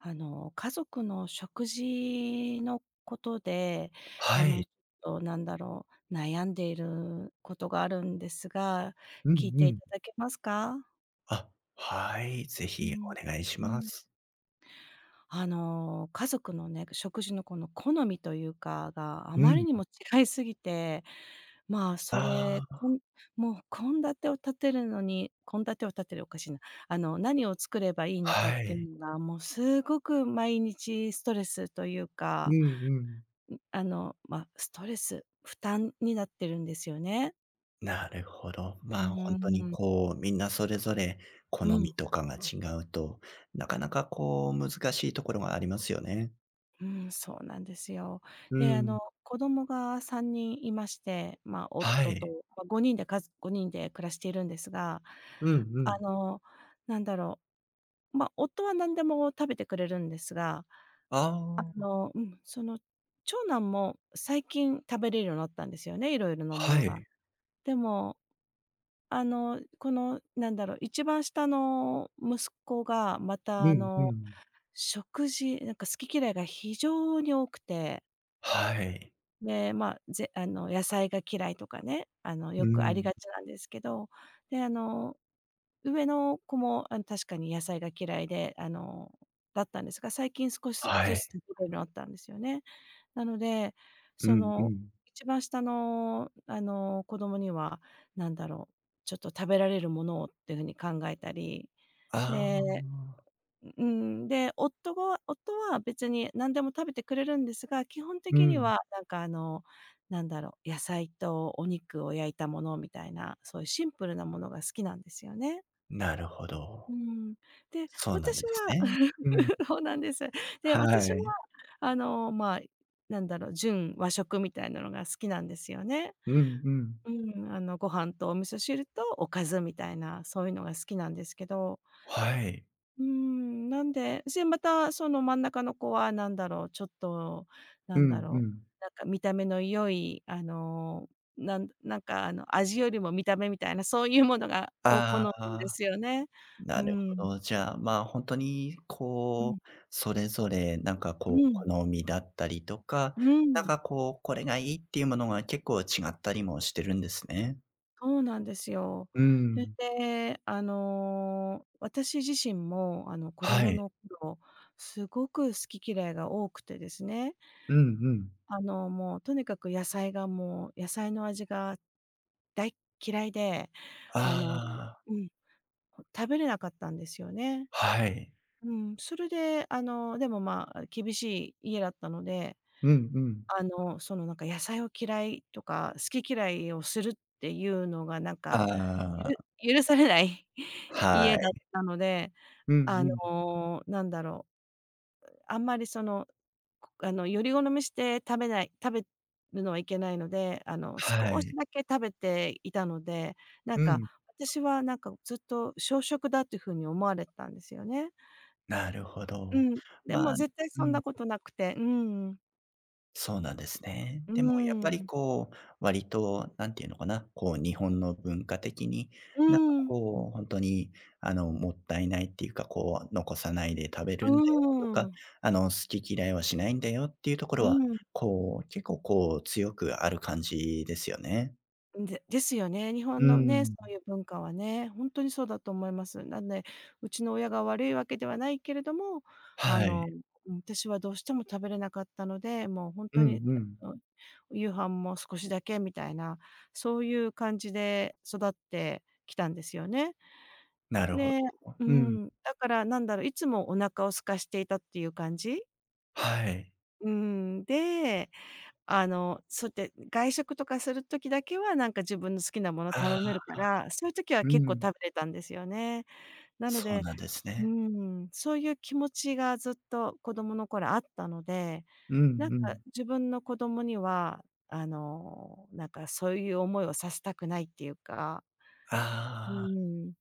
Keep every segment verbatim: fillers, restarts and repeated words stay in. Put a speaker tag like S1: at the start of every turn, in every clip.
S1: あの、家族の食事のことで、あ
S2: は
S1: の、
S2: い。
S1: ちょっとなんだろう、悩んでいることがあるんですが、
S2: う
S1: 聞
S2: ん
S1: い
S2: う
S1: ていた
S2: ん。
S1: だけますか？
S2: あ、はい、ぜ
S1: う
S2: ひ
S1: ん。
S2: お願いし
S1: う
S2: ま
S1: ん。
S2: す。
S1: あの、家族のね、食事のこの好みというかが、あ
S2: う
S1: ま
S2: ん。
S1: りにも違いすぎて、まあ、それ、
S2: あ
S1: こ
S2: あ、
S1: んもう献立を立てるのに献立を立てるおかしいな。あの、何を作ればいいのかっ
S2: は
S1: てい
S2: い。
S1: うのが、もうすごく毎日ストレスという
S2: うん
S1: か
S2: うん。
S1: ん、あの、まあ、ストレス、負担になってるんですよね。
S2: なるほど。
S1: う
S2: ま
S1: ー
S2: あ、本当に
S1: ん。
S2: こう、みんなそれぞれ好
S1: う
S2: み
S1: ん、
S2: とかが違うと、なかなかこう難しいところがありますよね。
S1: うん、そうなんですよ。
S2: う
S1: で、あ
S2: ん。
S1: の、子供がさんにんいまして、まあ、
S2: は
S1: 夫と、
S2: い。
S1: まあ、ごにんでかず人で暮らしているんですが、
S2: うんう
S1: あ
S2: ん。
S1: の、なんだろう、まあ、夫は何でも食べてくれるんですが、あ
S2: ああ、
S1: の、うん、その、長男も最近食べれるようになったんですよね、いろいろなも
S2: は
S1: のが。
S2: い。
S1: でもあの、この、なんだろう、一番下の息子が、ま
S2: う
S1: た、あ
S2: んう
S1: の、
S2: ん。
S1: 食事、なんか好き嫌いが非常に多くて、
S2: はい。
S1: で、まあ、ぜあの、野菜が嫌いとかね、あの、
S2: う
S1: よくあり
S2: ん。
S1: がちなんですけど、で、あの、上の子も、あの、確かに野菜が嫌いで、あの、だったんですが、最近少し
S2: は
S1: ず
S2: い。
S1: つ食べるようになったんですよね。なので、
S2: う
S1: そ
S2: んう
S1: の、
S2: ん。
S1: 一番下の、あの、子供には、なんだろう、ちょっと食べられるものをっていう風に考えたり、
S2: あ
S1: で、
S2: あ、
S1: うん、で、夫が夫は別に何でも食べてくれるんですが、基本
S2: う
S1: 的に
S2: ん。
S1: はなんかあの、なんだろう、野菜とお肉を焼いたものみたいな、そういうシンプルなものが好きなんですよね。
S2: なるほ
S1: う
S2: ど。
S1: ーん。で、
S2: そうなん
S1: 私
S2: です
S1: は
S2: ね。うん。
S1: そうなんです。で、
S2: は
S1: 私は、
S2: い。
S1: あの、まあ、なんだろう、純和食みたいなのが好きなんですよね。
S2: うんうん。
S1: うん、あの、ご飯とお味噌汁とおかずみたいな、そういうのが好きなんですけど、
S2: はい。
S1: うーん、なんで、で、またその真ん中の子はなんだろう、ちょっと、
S2: う
S1: なんだ
S2: んう
S1: ろ
S2: ん。
S1: う、なんか見た目の良い、あの、なんなんかあの、味よりも見た目みたいな、そういうものがを好
S2: あ
S1: むんで
S2: あ、
S1: すよね。う
S2: なる
S1: ーん。
S2: ほど。じゃあ、まあ、ほんとに
S1: う
S2: こ
S1: ん。
S2: う、それぞれなんか
S1: う
S2: こう、
S1: ん、
S2: 好みだったりとか、
S1: う
S2: なん
S1: ん、
S2: かこう、これがいいっていうものが結構違ったりもしてるんですね。
S1: そうなんですよ。
S2: うー
S1: それ
S2: ん。
S1: で、あの、私自身も、あの、子
S2: は
S1: 供
S2: い。
S1: の頃、すごく好き嫌いが多くてですね、
S2: うんうん。
S1: あの、もうとにかく野菜がもう野菜の味が大嫌いで、あの
S2: ああ、
S1: うん、食べれなかったんですよね。
S2: はい。
S1: うん、それで、あの、でも、まあ、厳しい家だったので
S2: うんうん。
S1: あの、その、なんか野菜を嫌いとか、好き嫌いをするっていうのがなんか、ゆ
S2: あ
S1: る許されない
S2: あ、は
S1: 家だっ
S2: い。
S1: たので、
S2: うん
S1: あ
S2: うん。
S1: の、なんだろう、あんまりその、こあの、より好みして食べない食べるのはいけないので、あの、
S2: は
S1: 少し
S2: い。
S1: だけ食べていたので、なん
S2: う
S1: か、
S2: ん。
S1: 私はなんかずっと小食だっていうふうに思われてたんですよね。
S2: なるほ
S1: う
S2: ど。
S1: ん。で
S2: ま
S1: も
S2: あ、
S1: 絶対
S2: う
S1: そん
S2: ん。
S1: なことなくて、うん。
S2: そうなんですね。
S1: う
S2: でもやっぱり
S1: ん。
S2: こう、割となんていうのかな、こう日本の文化的に、
S1: う
S2: なんか
S1: ん。
S2: こう本当にあの、もったいないっていうか、こう残さないで食べ
S1: う
S2: るんだよとか、
S1: ん。
S2: あの好き嫌いはしないんだよっていうところ
S1: う
S2: は、
S1: ん、
S2: こう結構こう強くある感じですよね。
S1: でですよね。日
S2: う
S1: 本の
S2: ー
S1: ね、そ
S2: ん。
S1: ういう文化はね、ほんとにそうだと思います。なんで、うちの親が悪いわけではないけれども、あ
S2: はい。
S1: の、うん、私はどうしても食べれなかったので、もうほん
S2: うん
S1: と
S2: う
S1: に、え
S2: ん。
S1: うん夕飯も少しだけみたいな、そういう感じで育ってきたんですよね。
S2: なるほど。
S1: でう
S2: うん。
S1: ん、だからなんだろう、いつもお腹を空かしていたっていう感じ。
S2: はい。
S1: うーん、であの、そうやって外食とかする時だけは、なんか自分の好きなもの
S2: あ
S1: 頼める
S2: あ。
S1: から、そういう時は
S2: う
S1: 結構
S2: ん。
S1: 食べれたんですよね。なの
S2: そう
S1: で、
S2: なんです
S1: うー
S2: ね。
S1: ん、そういう気持ちがずっと子供の頃あったので、
S2: うんう
S1: なんか
S2: ん。
S1: 自分の子供には、あの、なんかそういう思いをさせたくないっていうか、う
S2: ああ。
S1: ーん、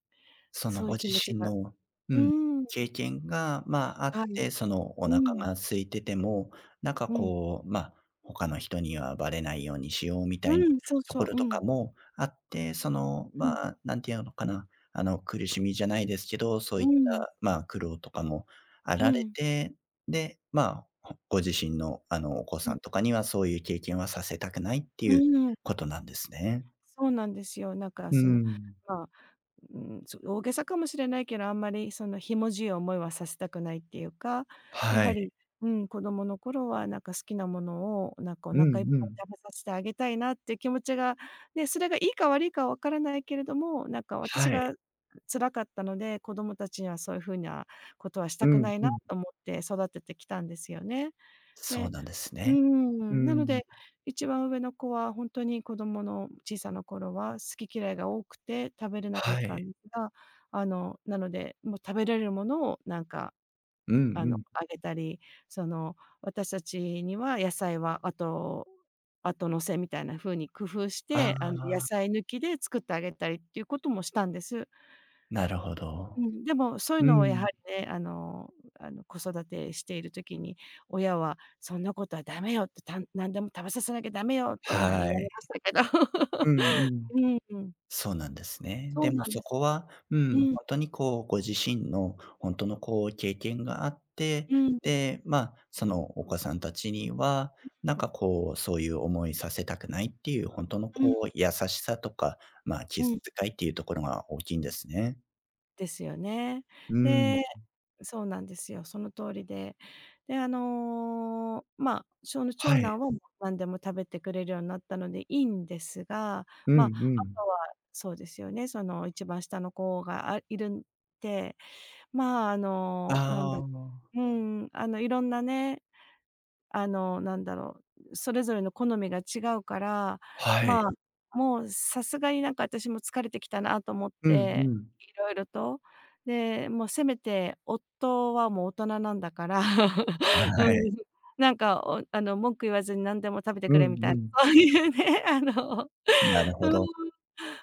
S2: その
S1: そう
S2: ご
S1: いう
S2: 自
S1: 気持ち
S2: 身
S1: が
S2: の、う
S1: う
S2: ん、
S1: ーん、
S2: 経験が、まあ、あっ
S1: はい。
S2: て、そのお
S1: う
S2: 腹
S1: ん。
S2: が空いてても、なんか
S1: うん。
S2: こう、まあ、他の人にはバレないようにしようみたい
S1: う
S2: な
S1: ん、そう
S2: と
S1: そ
S2: こ
S1: う、
S2: ろ
S1: う
S2: とか
S1: ん、
S2: もあって、その、
S1: うん、
S2: まあ、なんていうのかな、あの、苦しみじゃないですけど、そうい
S1: う
S2: っ
S1: ん、
S2: た、まあ、苦労とかもあ
S1: う
S2: られ
S1: ん、
S2: て、で、まあ、ご自身の、あの、お子
S1: う
S2: さ
S1: ん、
S2: んとかにはそういう経験はさせたくないって
S1: う
S2: いう
S1: ーん。
S2: ことなんですね。
S1: そうなんですよ。なんか
S2: う
S1: その、
S2: ん。
S1: まあ、うん、そ大げさかもしれないけど、あんまりそのひもじい思いはさせたくないっていうか、や
S2: は
S1: はり、
S2: い。
S1: うん、子供の頃はなんか好きなものをなんかお
S2: う
S1: 腹いっ
S2: んう
S1: ぱい
S2: ん。
S1: 食べさせてあげたいなっていう気持ちが、ね、それがいいか悪いかはわからないけれども、なんか私
S2: はい。
S1: が辛かったので、子供たちにはそういうふうなことはし
S2: う
S1: たく
S2: ん
S1: ない
S2: う
S1: な
S2: ん。
S1: と思って育ててきたんですよね。
S2: そうなんです
S1: うー
S2: ね。う
S1: ん、なの
S2: ん。
S1: で、一番上の子はほんとに子供の小さな頃は好き嫌いが多くて食べれなかっ
S2: は
S1: た
S2: い。
S1: んですが、あの、なので、もう食べれるものをなんか、
S2: うんう
S1: あの、
S2: ん。
S1: あげたり、その、私たちには野菜は後後乗せみたいな風に工夫し
S2: あ
S1: て、あの、野
S2: あ、
S1: 菜抜きで作ってあげたりっていうこともしたんです。
S2: なるほ
S1: う
S2: ど。
S1: ん、でもそういう
S2: う
S1: のをやは
S2: ん。
S1: りね、あのあの、子育てしている時に、親は「そんなことはダメよ」って、たん「何でも食べさせなきゃダメよ」っていうのは
S2: は
S1: 言われ
S2: い。
S1: ましたけど。
S2: うんうん。
S1: うんうん。
S2: そうなんですね。
S1: そ
S2: で
S1: う
S2: も
S1: なん
S2: そ
S1: です。
S2: こは、う
S1: う
S2: ん、
S1: ん、
S2: ほんとにこう、ご自身のほんとのこう、経験があって、
S1: うん、
S2: で、ま、あ、そのお子さんたちには、なんかこう、そういう思いさせたくないっていう、ほんとの
S1: うん、
S2: こう、優しさとか、ま、あ、気
S1: う
S2: 遣
S1: ん。
S2: いっていうところが大きいんですね。
S1: ですよね。
S2: うん。
S1: でそうなんですよ。その通りで。で、あの、まあ、その
S2: は
S1: 長
S2: い。
S1: 男はもう何でも食べてくれるようになったのでいいんですが、
S2: うんう
S1: まあ、あ
S2: ん。
S1: とはそうですよね、その一番下の子が、あ、いるんで、まあ、あの、なんだ
S2: あ
S1: う
S2: あ、
S1: ーん、あの、いろんなね、あの、なんだろう、それぞれの好みが違うから、
S2: はい。
S1: まあ、もうさすがになんか私も疲れてきたなと思っ
S2: うんう
S1: て、
S2: ん。
S1: いろいろと。で、もうせめて夫はもう大人なんだから、う
S2: はい。
S1: ん、なんか、おあの、文句言わずに何でも食べて
S2: う
S1: くれみ
S2: んう
S1: たいな、
S2: ん。
S1: そういうね、あの、
S2: なるほど。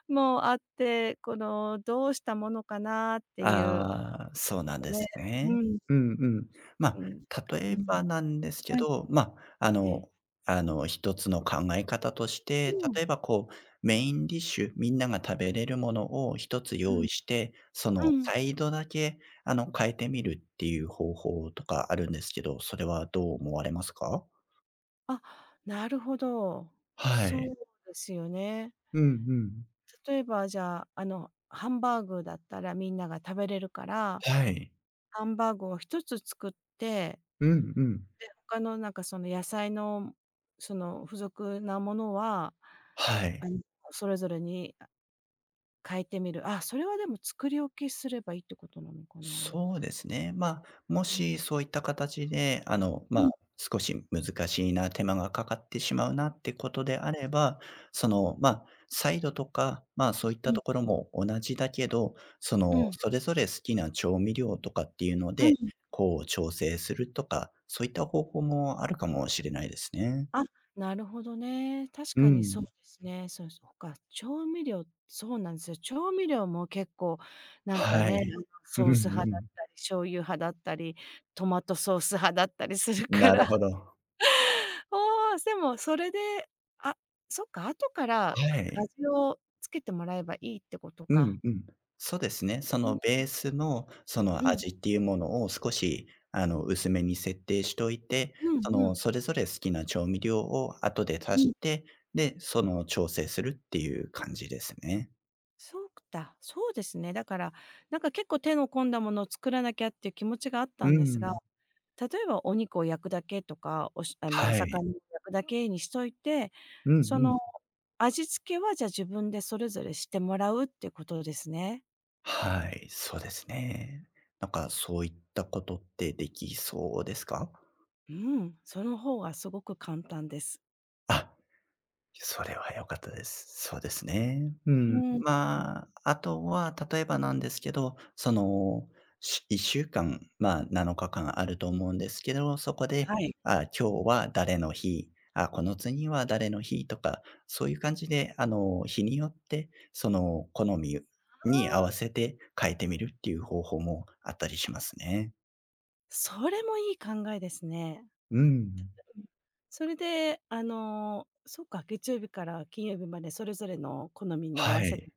S1: うん、もうあって、この、どうしたものかなっていう
S2: ああ、そうなんで
S1: ね、
S2: す
S1: う
S2: ね。
S1: ん、
S2: うんうん。ま、
S1: うん、
S2: あ、例
S1: う
S2: え
S1: ん、
S2: ばなんですけ
S1: はい、
S2: ど、ま、あ、あ
S1: ええ、
S2: の、あの、一つの考え方として、
S1: うん、
S2: 例えばこう、メインディッシュ、みんなが食べれるものを一つ
S1: う
S2: 用
S1: ん。
S2: 意して、そ
S1: う
S2: の
S1: ん。
S2: サイドだけ、あの、変えてみるっていう方法とかあるんですけど、それはどう思われますか？
S1: あ、なるほど。
S2: はい。
S1: そうですよね。
S2: うんうん。
S1: 例えばじゃあ、あの、ハンバーグだったらみんなが食べれるから、
S2: はい。
S1: ハンバーグをひとつ作って、
S2: うんうん。
S1: で、他のなんかその野菜の、その付属なものは、
S2: は
S1: あ
S2: い。
S1: の、それぞれに、あ、変えてみる。あ、それはでも作り置きすればいいってことなのかな。
S2: そうですね。まあ、も
S1: うん。
S2: しそういった形で、あの、
S1: う
S2: まあ、
S1: ん、
S2: 少し難しいな、手間がかかってしまうなってことであれば、その、まあ、サイドとか、まあ、そういっ
S1: う
S2: た
S1: ん、
S2: ところも同じだけど、そ
S1: う
S2: の、
S1: ん、
S2: それぞれ好きな調味料とかっていうの
S1: う
S2: で、
S1: ん。
S2: こう、調整するとか、そういった方法もあるかもしれないですね。
S1: あ、なるほどね。確
S2: う
S1: かにそう
S2: ん。
S1: ですね。そうそほか、調味料そうなんですよ。調味料も結構なんか
S2: は
S1: ね、
S2: い。
S1: あの、
S2: うん
S1: ソ
S2: う
S1: ース派だっ
S2: ん。
S1: たり、醤油派だったり、トマトソース派だったりするか
S2: なる
S1: ら、
S2: ほど。
S1: おお、でもそれで、あ、そっか、後から
S2: はい。
S1: 味をつけてもらえばいいってこと
S2: うん
S1: か。
S2: うん。そうですね。そ
S1: う
S2: の
S1: ん、
S2: ベースのそ
S1: う
S2: の
S1: ん、
S2: 味っていうものを少し、あの、薄めに設定しといて、
S1: うん
S2: そ
S1: う
S2: の、
S1: ん、
S2: それぞれ好きな調味料を後で
S1: う
S2: 足
S1: ん。
S2: して、で、その、調整するっていう感じですね。
S1: そうだ、そうですね。だから、なんか結構手の込んだものを作らなきゃっていう気持ちがあった
S2: う
S1: んですが、
S2: ん。
S1: 例えばお肉を焼くだけとか、おしあの、お
S2: は
S1: 魚
S2: い。
S1: を焼くだけにしといて、
S2: うん
S1: そ
S2: う
S1: の、
S2: ん。
S1: 味付けは、じゃあ、自分でそれぞれしてもらうってことですね。
S2: はい、そうですね。なんかそういったことってできそうですか？
S1: うん、その方がすごく簡単です。
S2: あ、それは良かったです。そうですね。う
S1: う
S2: ん。
S1: ん。
S2: まあ、あとは、例えばなんですけど、その、しいっしゅうかん、まあ、なのかかんあると思うんですけど、そこで、
S1: はい。
S2: あ、今日は誰の日、あ、この次は誰の日とか、そういう感じで、あの、日によって、その、好みに合
S1: あ
S2: わ
S1: あ、
S2: せて変えてみるっていう方法もあったりしますね。
S1: それもいい考えですね。
S2: うん。
S1: うん。それで、あの、そうか、げつようびからきんようびまでそれぞれの好みに合
S2: は
S1: わせ
S2: い。
S1: て、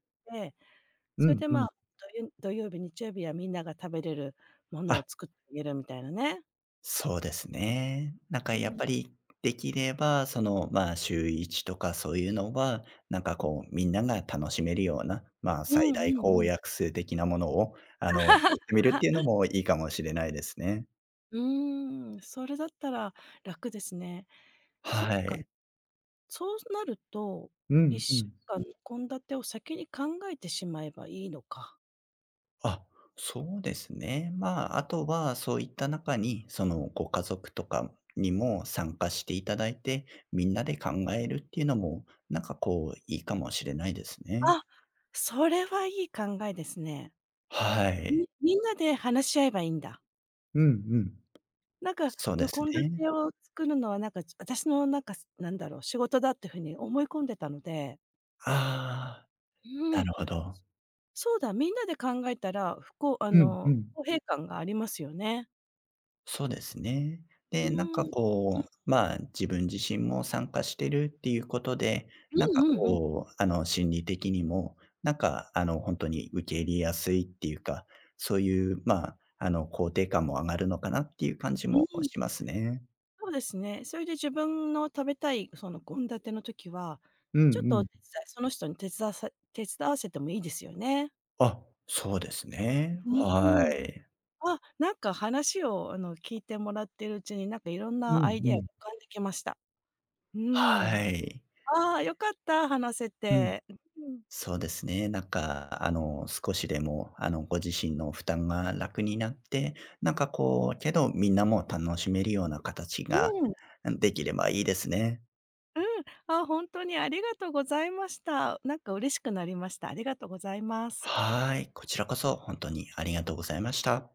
S2: う
S1: それ
S2: ん
S1: で、
S2: う
S1: ま
S2: ん。
S1: あ、どゆどようび、にちようびはみんなが食べれるものを作ってあげるみたいなね。
S2: そうですね。なんか
S1: う
S2: やっ
S1: ん
S2: ぱり、できれば、その、まあ、週一とかそういうのは、なんかこうみんなが楽しめるような、まあ、
S1: うん
S2: 最
S1: うん
S2: 大
S1: う
S2: 公
S1: ん。
S2: 約数的なものを、あの、作ってみるっていうのもいいかもしれないですね。
S1: うーん、それだったら楽ですね。そっ
S2: は
S1: か、
S2: い。
S1: そうなると、
S2: うんう
S1: 一
S2: ん。
S1: 週間の献立を先に考えてしまえばいいのか。
S2: あ、そうですね。まあ、あとはそういった中に、そのご家族とかにも参加していただいて、みんなで考えるっていうのも、なんかこういいかもしれないですね。
S1: あ、それはいい考えですね。
S2: はい。
S1: みみんなで話し合えばいいんだ。
S2: うんうん。
S1: なんか、
S2: そうで
S1: の
S2: す
S1: 献
S2: ね。
S1: 立を作るのはなんか、ち私のなんか、すなんだろう、仕事だっていう風に思い込んでたので。
S2: ああ、
S1: う
S2: な
S1: ん。
S2: るほど。
S1: そうだ、みんなで考えたら、ふこうあ
S2: うんう
S1: の、
S2: ん。
S1: 不公平感がありますよね。
S2: そうですね。
S1: うー
S2: で、なん
S1: ん。う
S2: か
S1: ん。
S2: こう、まあ、自分自身も参加してるっていうことで、
S1: う
S2: なんか
S1: んうんうん。
S2: こう、あの、心理的にも、なんか、あの、本当に受け入れやすいっていうか、そういう、まあ、あの、肯定感も上がるのかなっていう感じ
S1: うー
S2: も
S1: ん、
S2: しますね。
S1: そうですね。それで自分の食べたいその献立の時は、
S2: うんう
S1: ちょっとお手伝
S2: ん。
S1: いその人に手伝わさ手伝わせてもいいですよね。
S2: あ、そうですね。
S1: う
S2: は
S1: ーん。
S2: い。
S1: あ、なんか話をあの聞いてもらってるうちに、なんかいろん
S2: うん
S1: なアイ
S2: う
S1: デアが
S2: ん。
S1: 浮かんできました。うー
S2: は
S1: ん。
S2: い。
S1: ああ、良かった、話せ
S2: うん。
S1: て。うん。
S2: そうですね。なんか、あの、少しでも、あの、ご自身の負担が楽になって、なんかこう、けど、みんなも楽しめるような形
S1: う
S2: が
S1: ん。
S2: できればいいですね。
S1: うん。あ、ほんとにありがとうございました。なんか嬉しくなりました。ありがとうございます。
S2: はい。こちらこそ、本当にありがとうございました。